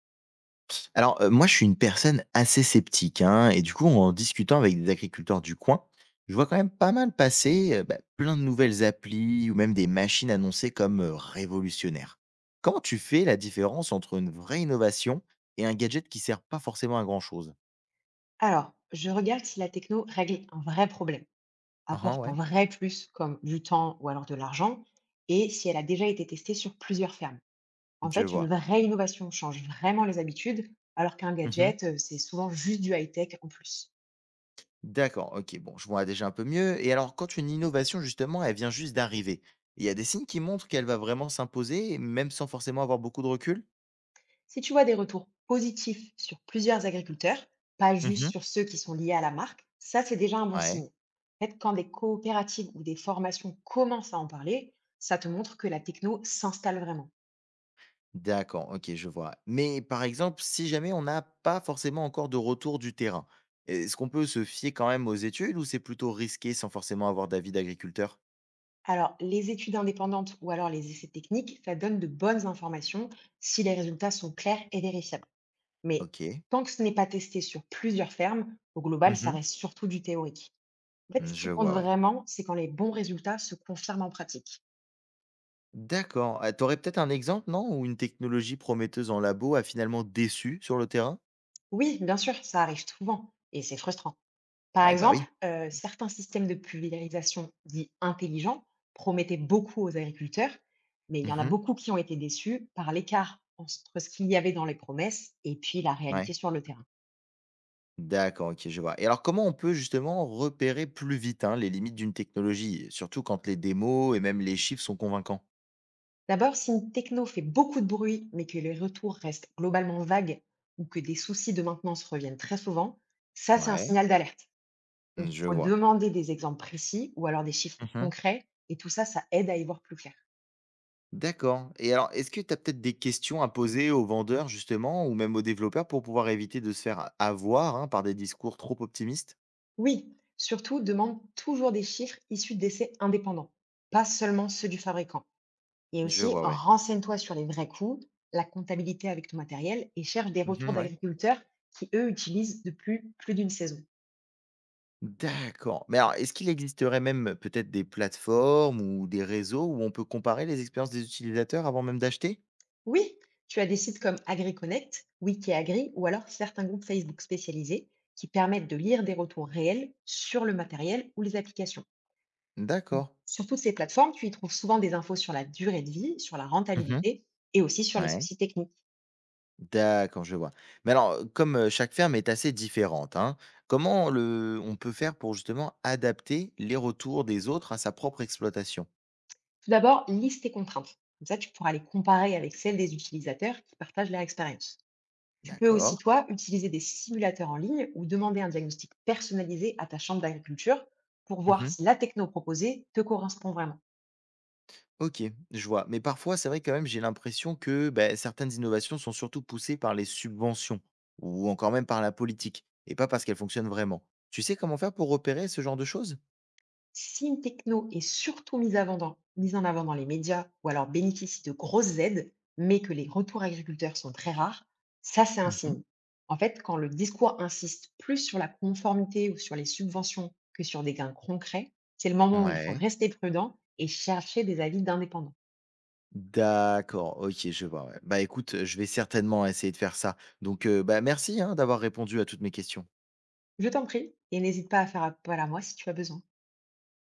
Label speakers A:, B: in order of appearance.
A: Moi, je suis une personne assez sceptique, hein, et du coup, en discutant avec des agriculteurs du coin, je vois quand même pas mal passer, plein de nouvelles applis ou même des machines annoncées comme, révolutionnaires. Comment tu fais la différence entre une vraie innovation et un gadget qui sert pas forcément à grand chose?
B: Alors, je regarde si la techno règle un vrai problème,
A: Ah hein,
B: apporte un
A: ouais,
B: vrai plus comme du temps ou alors de l'argent, et si elle a déjà été testée sur plusieurs fermes. En
A: je
B: fait, une
A: vois.
B: vraie innovation change vraiment les habitudes, alors qu'un
A: Mmh.
B: gadget, c'est souvent juste du high-tech en plus.
A: D'accord, OK, bon, je vois déjà un peu mieux. Et alors quand une innovation, justement, elle vient juste d'arriver, il y a des signes qui montrent qu'elle va vraiment s'imposer, même sans forcément avoir beaucoup de recul?
B: Si tu vois des retours positifs sur plusieurs agriculteurs, pas juste
A: Mmh.
B: sur ceux qui sont liés à la marque, ça c'est déjà un bon
A: Ouais.
B: signe. En fait, quand des coopératives ou des formations commencent à en parler, ça te montre que la techno s'installe vraiment.
A: D'accord, OK, je vois. Mais par exemple, si jamais on n'a pas forcément encore de retour du terrain, est-ce qu'on peut se fier quand même aux études ou c'est plutôt risqué sans forcément avoir d'avis d'agriculteur?
B: Alors, les études indépendantes ou alors les essais techniques, ça donne de bonnes informations si les résultats sont clairs et vérifiables. Mais
A: OK.
B: tant que ce n'est pas testé sur plusieurs fermes, au global,
A: Mmh
B: ça
A: mh.
B: reste surtout du théorique. En fait, ce
A: Je
B: qui compte
A: vois, ouais.
B: vraiment, c'est quand les bons résultats se confirment en pratique.
A: D'accord. Ah, tu aurais peut-être un exemple, non? Où une technologie prometteuse en labo a finalement déçu sur le terrain?
B: Oui, bien sûr, ça arrive souvent et c'est frustrant. Par
A: Ah bah
B: exemple,
A: oui.
B: certains systèmes de pulvérisation dits intelligents promettaient beaucoup aux agriculteurs, mais il y en a
A: Mmh.
B: beaucoup qui ont été déçus par l'écart entre ce qu'il y avait dans les promesses et puis la réalité
A: Ouais.
B: sur le terrain.
A: D'accord, OK, je vois. Et alors comment on peut justement repérer plus vite, hein, les limites d'une technologie, surtout quand les démos et même les chiffres sont convaincants?
B: D'abord, si une techno fait beaucoup de bruit, mais que les retours restent globalement vagues ou que des soucis de maintenance reviennent très souvent, ça, c'est un
A: Ouais,
B: signal d'alerte.
A: mmh,
B: Donc, il
A: je
B: faut
A: vois.
B: demander des exemples précis ou alors des chiffres
A: Mmh.
B: concrets, et tout ça, ça aide à y voir plus clair.
A: D'accord. Et alors, est-ce que tu as peut-être des questions à poser aux vendeurs justement ou même aux développeurs pour pouvoir éviter de se faire avoir, hein, par des discours trop optimistes?
B: Oui, surtout demande toujours des chiffres issus d'essais indépendants, pas seulement ceux du fabricant. Et
A: Je
B: aussi,
A: vois, ouais.
B: renseigne-toi sur les vrais coûts, la comptabilité avec ton matériel et cherche des retours
A: Mmh ouais.
B: d'agriculteurs qui, eux, utilisent depuis plus d'une saison.
A: D'accord, mais alors, est-ce qu'il existerait même peut-être des plateformes ou des réseaux où on peut comparer les expériences des utilisateurs avant même d'acheter?
B: Oui, tu as des sites comme AgriConnect, WikiAgri ou alors certains groupes Facebook spécialisés qui permettent de lire des retours réels sur le matériel ou les applications.
A: D'accord.
B: Sur toutes ces plateformes, tu y trouves souvent des infos sur la durée de vie, sur la
A: Mmh.
B: rentabilité et aussi sur les
A: Ouais.
B: soucis techniques.
A: D'accord, je vois. Mais alors, comme, chaque ferme est assez différente, hein, comment le on peut faire pour justement adapter les retours des autres à sa propre exploitation?
B: Tout d'abord, liste tes contraintes. Comme ça, tu pourras les comparer avec celles des utilisateurs qui partagent leur expérience. Tu peux aussi,
A: D'accord.
B: toi, utiliser des simulateurs en ligne ou demander un diagnostic personnalisé à ta chambre d'agriculture pour voir
A: Mmh.
B: si la techno proposée te correspond vraiment.
A: OK, je vois. Mais parfois, c'est vrai quand même, j'ai l'impression que, beh, certaines innovations sont surtout poussées par les subventions ou encore même par la politique et pas parce qu'elles fonctionnent vraiment. Tu sais comment faire pour repérer ce genre de choses?
B: Si une techno est surtout mise en avant dans les médias ou alors bénéficie de grosses aides, mais que les retours agriculteurs sont très rares, ça c'est un
A: Mmh.
B: signe. En fait, quand le discours insiste plus sur la conformité ou sur les subventions que sur des gains concrets, c'est le moment où il faut
A: Ouais.
B: rester prudent et chercher des avis d'indépendants.
A: D'accord, OK, je vois, ouais. Bah, écoute, je vais certainement essayer de faire ça. Donc, merci, hein, d'avoir répondu à toutes mes questions.
B: Je t'en prie et n'hésite pas à faire appel à moi si tu as besoin.